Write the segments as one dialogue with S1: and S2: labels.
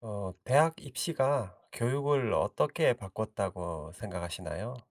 S1: 대학 입시가 교육을 어떻게 바꿨다고 생각하시나요?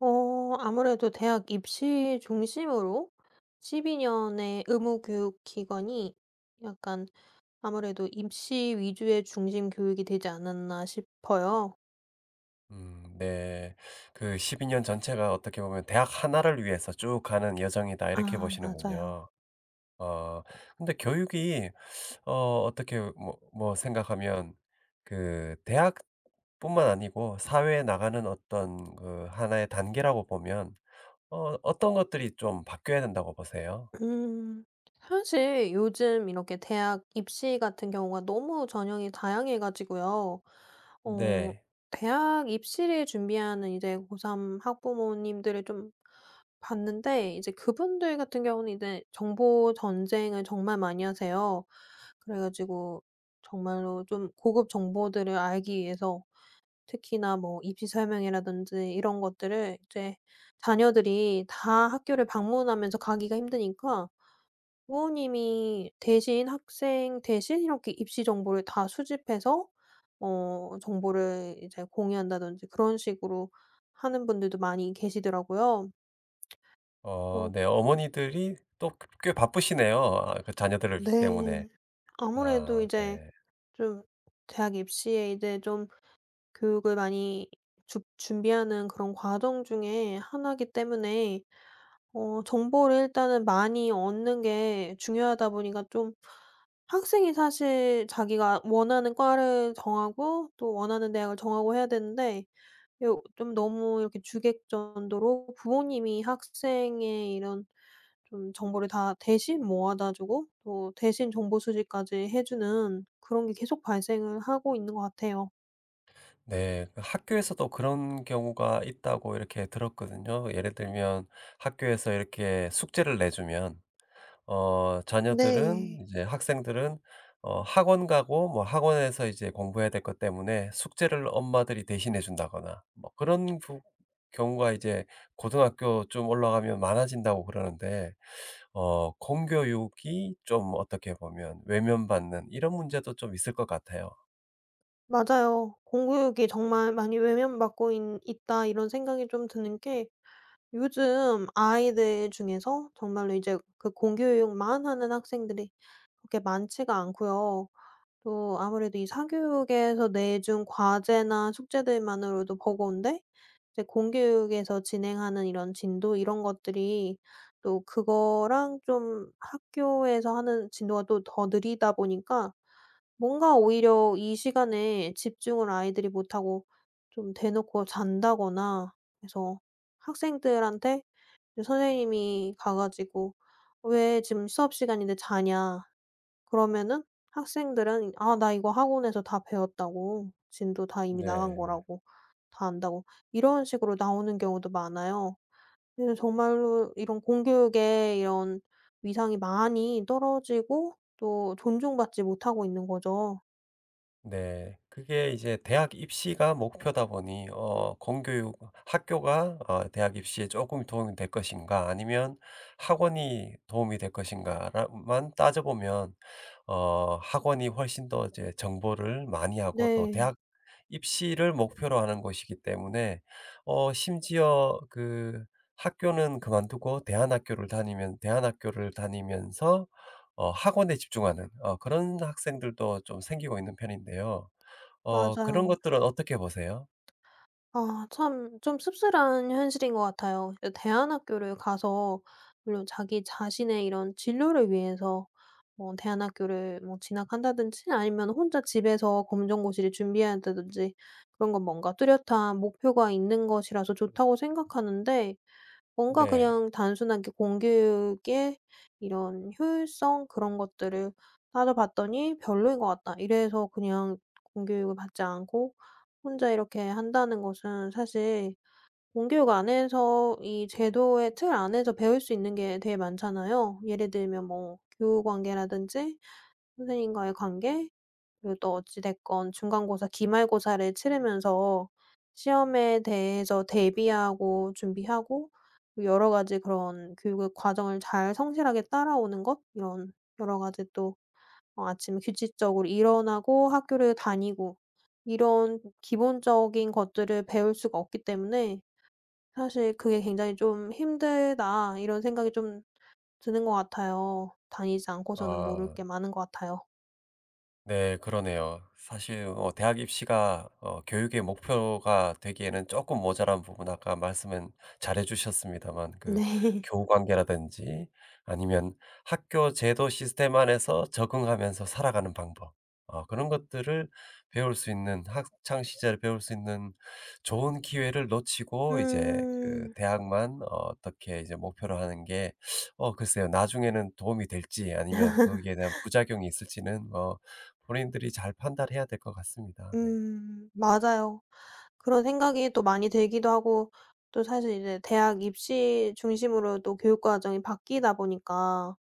S2: 아무래도 대학 입시 중심으로 12 년의 의무 교육 기간이 약간 아무래도 입시 위주의 중심 교육이 되지 않았나 싶어요.
S1: 네. 그 12년 전체가 어떻게 보면 대학 하나를 위해서 쭉 가는 여정이다, 이렇게
S2: 아,
S1: 보시는군요.
S2: 맞아요.
S1: 어, 근데 교육이, 어떻게, 생각하면, 그, 대학뿐만 아니고, 사회에 나가는 어떤, 그, 하나의 단계라고 보면, 어떤 것들이 좀 바뀌어야 된다고 보세요?
S2: 음. 사실 요즘 이렇게 대학 입시 같은 경우가 너무 전형이 다양해 가지고요. 어
S1: 네.
S2: 대학 입시를 준비하는 이제 고3 학부모님들을 좀 봤는데, 이제 그분들 같은 경우는 이제 정보 전쟁을 정말 많이 하세요. 그래 가지고 정말로 좀 고급 정보들을 알기 위해서 특히나 뭐 입시 설명회라든지 이런 것들을 이제 자녀들이 다 학교를 방문하면서 가기가 힘드니까 부모님이 대신, 학생 대신 이렇게 입시 정보를 다 수집해서 정보를 이제 공유한다든지, 그런 식으로 하는 분들도 많이 계시더라고요. 그래서.
S1: 네. 어머니들이 또 꽤 바쁘시네요. 아 그 자녀들
S2: 네.
S1: 때문에.
S2: 아무래도
S1: 아
S2: 이제
S1: 네.
S2: 좀 대학 입시에 이제 좀 교육을 많이 주 준비하는 그런 과정 중에 하나이기 때문에 정보를 일단은 많이 얻는 게 중요하다 보니까, 좀 학생이 사실 자기가 원하는 과를 정하고 또 원하는 대학을 정하고 해야 되는데 요 좀 너무 이렇게 주객전도로 부모님이 학생의 이런 좀 정보를 다 대신 모아다 주고 또 대신 정보 수집까지 해 주는 그런 게 계속 발생을 하고 있는 것 같아요.
S1: 네. 그 학교에서도 그런 경우가 있다고 이렇게 들었거든요. 예를 들면 학교에서 이렇게 숙제를 내주면 자녀들은
S2: 네.
S1: 이제 학생들은 학원 가고 뭐 학원에서 이제 공부해야 될 것 때문에 숙제를 엄마들이 대신해 준다거나 뭐 그런 부 경우가 이제 고등학교 좀 올라가면 많아진다고 그러는데 공교육이 좀 어떻게 보면 외면받는 이런 문제도 좀 있을 것 같아요.
S2: 맞아요. 공교육이 정말 많이 외면받고 있 있다 이런 생각이 좀 드는 게, 요즘 아이들 중에서 정말로 이제 그 공교육만 하는 학생들이 그렇게 많지가 않고요. 또 아무래도 이 사교육에서 내준 과제나 숙제들만으로도 버거운데, 이제 공교육에서 진행하는 이런 진도 이런 것들이 또 그거랑 좀 학교에서 하는 진도가 또 더 느리다 보니까 뭔가 오히려 이 시간에 집중을 아이들이 못하고 좀 대놓고 잔다거나, 그래서 학생들한테 이제 선생님이 가 가지고 "왜 지금 수업 시간인데 자냐?" 그러면은 학생들은 "아, 나 이거 학원에서 다 배웠다고. 진도 다 이미 나간
S1: 네.
S2: 거라고. 다 안다고." 이런 식으로 나오는 경우도 많아요. 그래서 정말로 이런 공교육의 이런 위상이 많이 떨어지고 또 존중받지 못하고 있는 거죠.
S1: 네. 그게 이제 대학 입시가 목표다 보니 공교육 학교가 대학 입시에 조금 도움이 될 것인가 아니면 학원이 도움이 될 것인가만 따져보면 학원이 훨씬 더 이제 정보를 많이 하고 또
S2: 네.
S1: 대학 입시를 목표로 하는 곳이기 때문에 심지어 그 학교는 그만두고 대안학교를 다니면서 학원에 집중하는 그런 학생들도 좀 생기고 있는 편인데요. 그런
S2: 맞아요.
S1: 것들은 어떻게 보세요?
S2: 아, 참 좀 씁쓸한 현실인 것 같아요. 대안학교를 가서 물론 자기 자신의 이런 진로를 위해서 뭐 대안학교를 뭐 진학한다든지 아니면 혼자 집에서 검정고시를 준비한다든지 그런 건 뭔가 뚜렷한 목표가 있는 것이라서 좋다고 생각하는데, 뭔가
S1: 네.
S2: 그냥 단순하게 공교육의 이런 효율성 그런 것들을 따져봤더니 '별로인 것 같다.' 이래서 그냥 공교육을 받지 않고 혼자 이렇게 한다는 것은, 사실 공교육 안에서 이 제도의 틀 안에서 배울 수 있는 게 되게 많잖아요. 예를 들면 뭐 교우 관계라든지 선생님과의 관계, 그리고 또 어찌 됐건 중간고사, 기말고사를 치르면서 시험에 대해서 대비하고 준비하고 여러 가지 그런 교육의 과정을 잘 성실하게 따라오는 것, 이런 여러 가지 또 아침에 규칙적으로 일어나고 학교를 다니고 이런 기본적인 것들을 배울 수가 없기 때문에 사실 '그게 굉장히 좀 힘들다.' 이런 생각이 좀 드는 것 같아요. 다니지 않고서는 모를
S1: 아.
S2: 게 많은 것 같아요.
S1: 네 그러네요. 사실 대학 입시가 교육의 목표가 되기에는 조금 모자란 부분 아까 말씀은 잘해 주셨습니다만 그
S2: 네.
S1: 교우 관계라든지 아니면 학교 제도 시스템 안에서 적응하면서 살아가는 방법 그런 것들을 배울 수 있는 학창 시절에 배울 수 있는 좋은 기회를 놓치고 이제 그
S2: 음.
S1: 대학만 어떻게 이제 목표로 하는 게 글쎄요. 나중에는 도움이 될지 아니면 거기에 대한 부작용이 있을지는 본인들이 잘 판단해야 될 것 같습니다. 네.
S2: 음, 맞아요. 그런 생각이 또 많이 들기도 하고, 또 사실 이제 대학 입시 중심으로 또 교육 과정이 바뀌다 보니까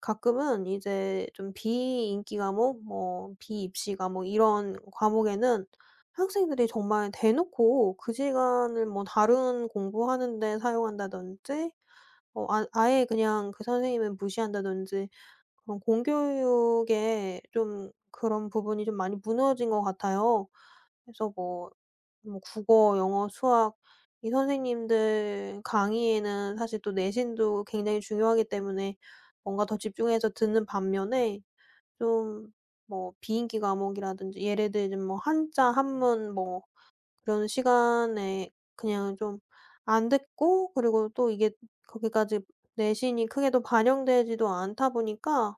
S2: 가끔은 이제 좀 비인기 과목, 뭐 비입시 과목 이런 과목에는 학생들이 정말 대놓고 그 시간을 뭐 다른 공부하는 데 사용한다든지 아예 그냥 그 선생님을 무시한다든지, 그런 공교육의 좀 그런 부분이 좀 많이 무너진 것 같아요. 그래서 뭐 국어, 영어, 수학 이 선생님들 강의에는 사실 또 내신도 굉장히 중요하기 때문에 뭔가 더 집중해서 듣는 반면에, 좀 뭐 비인기 과목이라든지 예를 들면 뭐 한자, 한문 뭐 그런 시간에 그냥 좀 안 듣고, 그리고 또 이게 거기까지 내신이 크게도 반영되지도 않다 보니까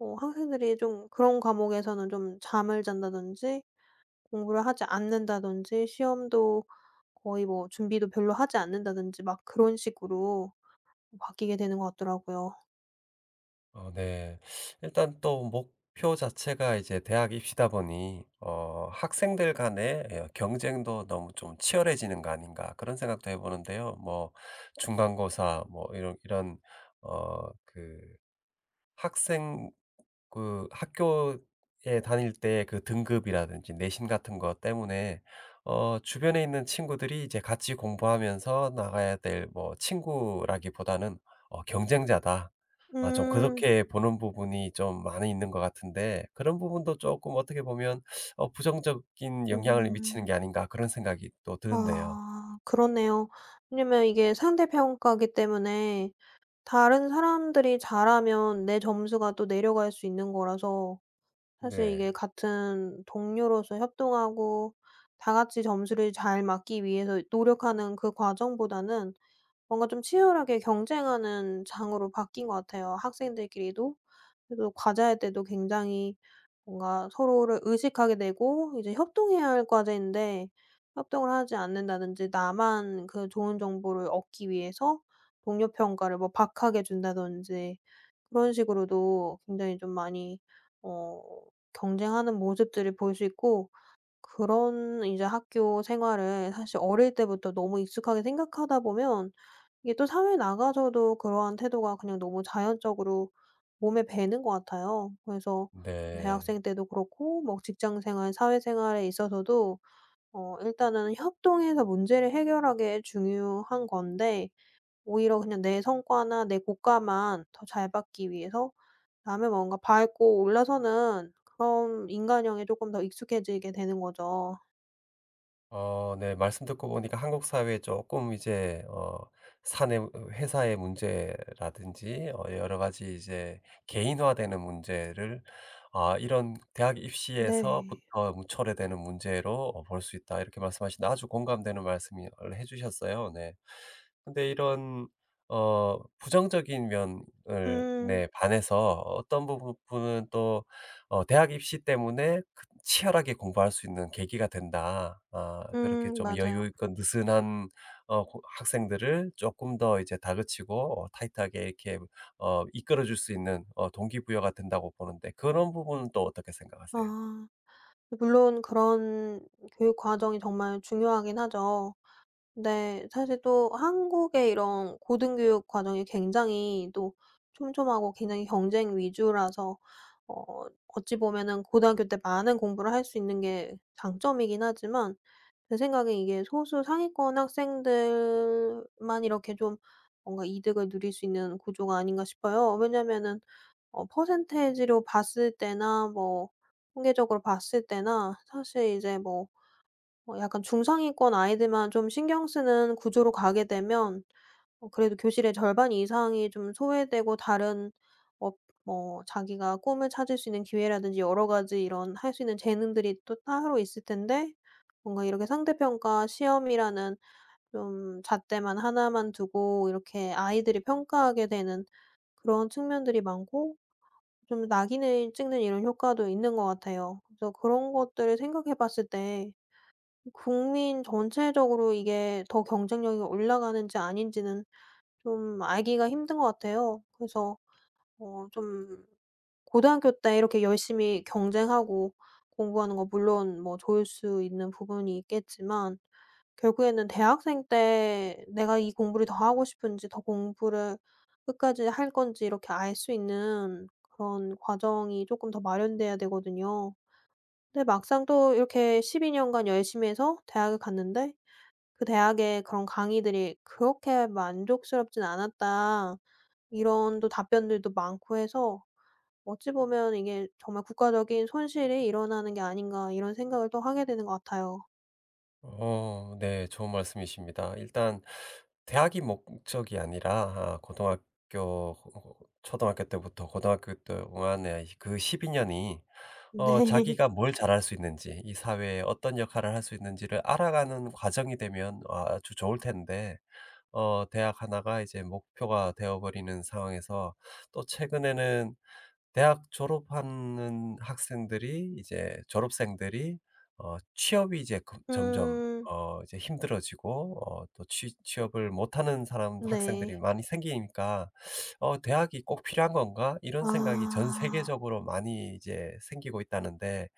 S2: 학생들이 좀 그런 과목에서는 좀 잠을 잔다든지 공부를 하지 않는다든지 시험도 거의 뭐 준비도 별로 하지 않는다든지 막 그런 식으로 바뀌게 되는 것 같더라고요.
S1: 네. 일단 또 목표 자체가 이제 대학 입시다 보니 학생들 간의 예 경쟁도 너무 좀 치열해지는 거 아닌가 그런 생각도 해 보는데요. 뭐 중간고사 뭐 이런 그 학생 그 학교에 다닐 때 그 등급이라든지 내신 같은 것 때문에 주변에 있는 친구들이 이제 같이 공부하면서 나가야 될 뭐 친구라기보다는 '경쟁자다.' 아 좀
S2: 음.
S1: 그렇게 보는 부분이 좀 많이 있는 것 같은데 그런 부분도 쪼끔 어떻게 보면 '부정적인 영향을 미치는
S2: 음.
S1: 게 아닌가.' 그런 생각이 또 드는데요.
S2: 아, 그렇네요. 왜냐면 이게 상대 평가기 때문에 다른 사람들이 잘하면 내 점수가 또 내려갈 수 있는 거라서, 사실 이게
S1: 네.
S2: 같은 동료로서 협동하고 다 같이 점수를 잘 맞기 위해서 노력하는 그 과정보다는 뭔가 좀 치열하게 경쟁하는 장으로 바뀐 것 같아요, 학생들끼리도. 그래서 과제할 때도 굉장히 뭔가 서로를 의식하게 되고 이제 협동해야 할 과제인데 협동을 하지 않는다든지 나만 그 좋은 정보를 얻기 위해서 동료 평가를 뭐 박하게 준다든지 그런 식으로도 굉장히 좀 많이 어 경쟁하는 모습들을 볼 수 있고, 그런 이제 학교 생활을 사실 어릴 때부터 너무 익숙하게 생각하다 보면 이게 또 사회 나가서도 그러한 태도가 그냥 너무 자연적으로 몸에 배는 것 같아요. 그래서
S1: 네.
S2: 대학생 때도 그렇고 뭐 직장 생활, 사회 생활에 있어서도 일단은 협동해서 문제를 해결하게 중요한 건데 오히려 그냥 내 성과나 내 고과만 더 잘 받기 위해서 남의 뭔가 밟고 올라서는 그런 인간형에 조금 더 익숙해지게 되는 거죠.
S1: 네. 말씀 듣고 보니까 한국 사회에 조금 이제 사내 회사의 문제라든지 여러 가지 이제 개인화되는 문제를 아 이런 대학
S2: 네.
S1: 입시에서부터 무 초래되는 문제로 볼 수 있다. 이렇게 말씀하신데 아주 공감되는 말씀을 해 주셨어요. 네. 근데 이런 부정적인 면을
S2: 음.
S1: 네 반해서 어떤 부분 부분은 또 대학 입시 때문에 치열하게 공부할 수 있는 계기가 된다. 아 그렇게
S2: 음,
S1: 좀 여유
S2: 맞아요.
S1: 있고 느슨한 고 학생들을 조금 더 이제 다그치고 타이트하게 이렇게 이끌어 줄 수 있는 동기부여가 된다고 보는데 그런 부분은 또 어떻게 생각하세요?
S2: 아. 물론 그런 교육 과정이 정말 중요하긴 하죠. 근데 사실 또 한국의 이런 고등교육 과정이 굉장히 또 촘촘하고 굉장히 경쟁 위주라서 어찌 보면은 고등학교 때 많은 공부를 할 수 있는 게 장점이긴 하지만 제 생각에 이게 소수 상위권 학생들만 이렇게 좀 뭔가 이득을 누릴 수 있는 구조가 아닌가 싶어요. 왜냐면은 퍼센테이지로 봤을 때나 뭐 통계적으로 봤을 때나 사실 이제 뭐 약간 중상위권 아이들만 좀 신경 쓰는 구조로 가게 되면 그래도 교실의 절반 이상이 좀 소외되고 다른 어 뭐 자기가 꿈을 찾을 수 있는 기회라든지 여러 가지 이런 할 수 있는 재능들이 또 따로 있을 텐데 뭔가 이렇게 상대평가 시험이라는 좀 잣대만 하나만 두고 이렇게 아이들이 평가하게 되는 그런 측면들이 많고, 좀 낙인을 찍는 이런 효과도 있는 것 같아요. 그래서 그런 것들을 생각해 봤을 때 국민 전체적으로 이게 더 경쟁력이 올라가는지 아닌지는 좀 알기가 힘든 것 같아요. 그래서 좀 고등학교 때 이렇게 열심히 경쟁하고 공부하는 거 물론 뭐 좋을 수 있는 부분이 있겠지만 결국에는 대학생 때 내가 이 공부를 더 하고 싶은지 더 공부를 끝까지 할 건지 이렇게 알 수 있는 그런 과정이 조금 더 마련돼야 되거든요. 근데 막상 또 이렇게 12 년간 열심히 해서 대학을 갔는데 그 대학의 그런 강의들이 "그렇게 만족스럽진 않았다." 이런 또 답변들도 많고 해서 어찌 보면 이게 '정말 국가적인 손실이 일어나는 게 아닌가.' 이런 생각을 또 하게 되는 것 같아요.
S1: 네. 좋은 말씀이십니다. 일단 대학이 목적이 아니라 아 고등학교 초등학교 때부터 고등학교 동안의 그 12 년이
S2: 네.
S1: 자기가 뭘 잘할 수 있는지 이 사회에 어떤 역할을 할 수 있는지를 알아가는 과정이 되면 아주 좋을 텐데 대학 하나가 이제 목표가 되어 버리는 상황에서 또 최근에는 대학 졸업하는 학생들이 이제 졸업생들이 취업이 이제 그 점점
S2: 음.
S1: 이제 힘들어지고 또 취 취업을 못하는 사람 학생들이
S2: 네.
S1: 많이 생기니까 대학이 꼭 필요한 건가?' 이런 생각이 전
S2: 아.
S1: 세계적으로 많이 이제 생기고 있다는데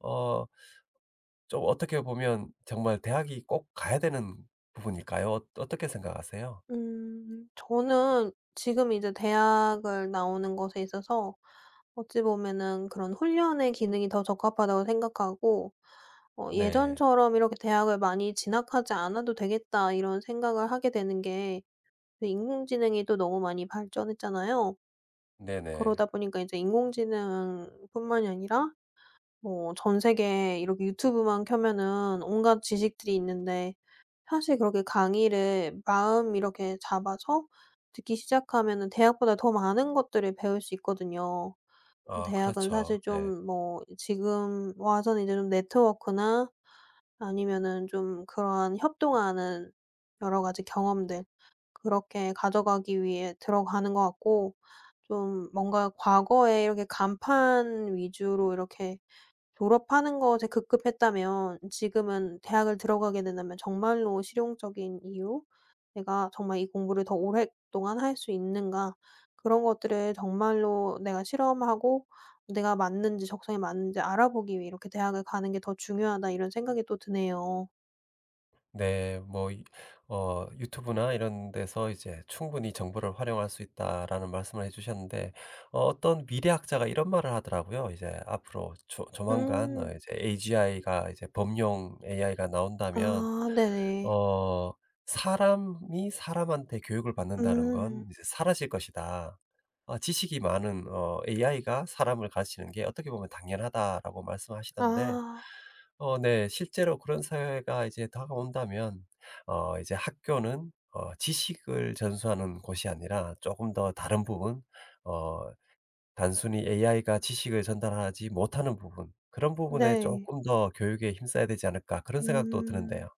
S1: 어 좀 어떻게 보면 정말 대학이 꼭 가야 되는 부분일까요? 어떻게 생각하세요?
S2: 음. 저는 지금 이제 대학을 나오는 것에 있어서 어찌 보면은 그런 훈련의 기능이 더 적합하다고 생각하고
S1: 네.
S2: '예전처럼 이렇게 대학을 많이 진학하지 않아도 되겠다.' 이런 생각을 하게 되는 게, 그 인공지능이 또 너무 많이 발전했잖아요.
S1: 네네.
S2: 그러다 보니까 이제 인공지능뿐만이 아니라 뭐 전세계 이렇게 유튜브만 켜면은 온갖 지식들이 있는데 사실 그렇게 강의를 마음 이렇게 잡아서 듣기 시작하면은 대학보다 더 많은 것들을 배울 수 있거든요.
S1: 아
S2: 대학은
S1: 그렇죠.
S2: 사실
S1: 네.
S2: 좀 뭐 지금 와서는 이제 좀 네트워크나 아니면은 좀 그러한 협동하는 여러 가지 경험들 그렇게 가져가기 위해 들어가는 것 같고, 좀 뭔가 과거에 이렇게 간판 위주로 이렇게 졸업하는 것에 급급했다면 지금은 대학을 들어가게 된다면 정말로 실용적인 이유, '내가 정말 이 공부를 더 오랫동안 할 수 있는가.' 그런 것들을 정말로 내가 실험하고 '내가 맞는지 적성에 맞는지 알아보기 위해 이렇게 대학을 가는 게 더 중요하다.' 이런 생각이 또 드네요.
S1: 네. 뭐 이 유튜브나 이런 데서 이제 "충분히 정보를 활용할 수 있다."라는 말씀을 해 주셨는데 어떤 미래학자가 이런 말을 하더라고요. 이제 앞으로 조 조만간
S2: 음.
S1: 이제 AGI가 이제 범용 AI가 나온다면
S2: 아, 네네.
S1: 어 "사람이 사람한테 교육을 받는다는
S2: 음.
S1: 건 이제 사라질 것이다. 아 지식이 많은 AI가 사람을 가르치는 게 어떻게 보면 당연하다."라고 말씀하시던데
S2: 아,
S1: 네. 실제로 그런 사회가 이제 다가온다면 이제 학교는 지식을 전수하는 곳이 아니라 조금 더 다른 부분 어 단순히 AI가 지식을 전달하지 못하는 부분 그런 부분에
S2: 네.
S1: 조금 더 교육에 힘써야 되지 않을까 그런 생각도 드는데요.
S2: 음.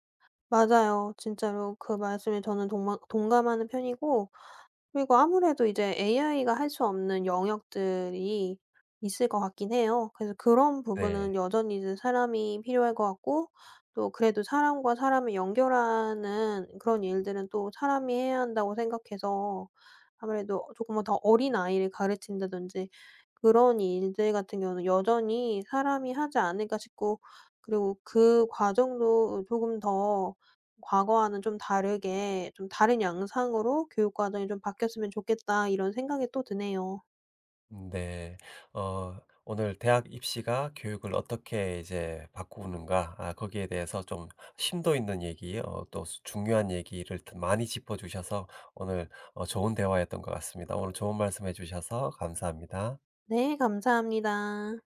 S2: 맞아요. 진짜로 그 말씀에 저는 동마 동감하는 편이고, 그리고 아무래도 이제 AI가 할 수 없는 영역들이 있을 것 같긴 해요. 그래서 그런
S1: 네.
S2: 부분은 여전히 이제 사람이 필요할 것 같고, 또 그래도 사람과 사람을 연결하는 그런 일들은 또 사람이 해야 한다고 생각해서 아무래도 조금은 더 어린아이를 가르친다든지 그런 일들 같은 경우는 여전히 사람이 하지 않을까 싶고, 그리고 그 과정도 조금 더 과거와는 좀 다르게 좀 다른 양상으로 교육 과정이 좀 바뀌었으면 좋겠다 이런 생각이 또 드네요.
S1: 네. 어, 오늘 대학 입시가 교육을 어떻게 이제 바꾸는가, 아, 거기에 대해서 좀 심도 있는 얘기, 또 중요한 얘기를 많이 짚어주셔서 오늘 좋은 대화였던 것 같습니다. 오늘 좋은 말씀 해주셔서 감사합니다.
S2: 네, 감사합니다.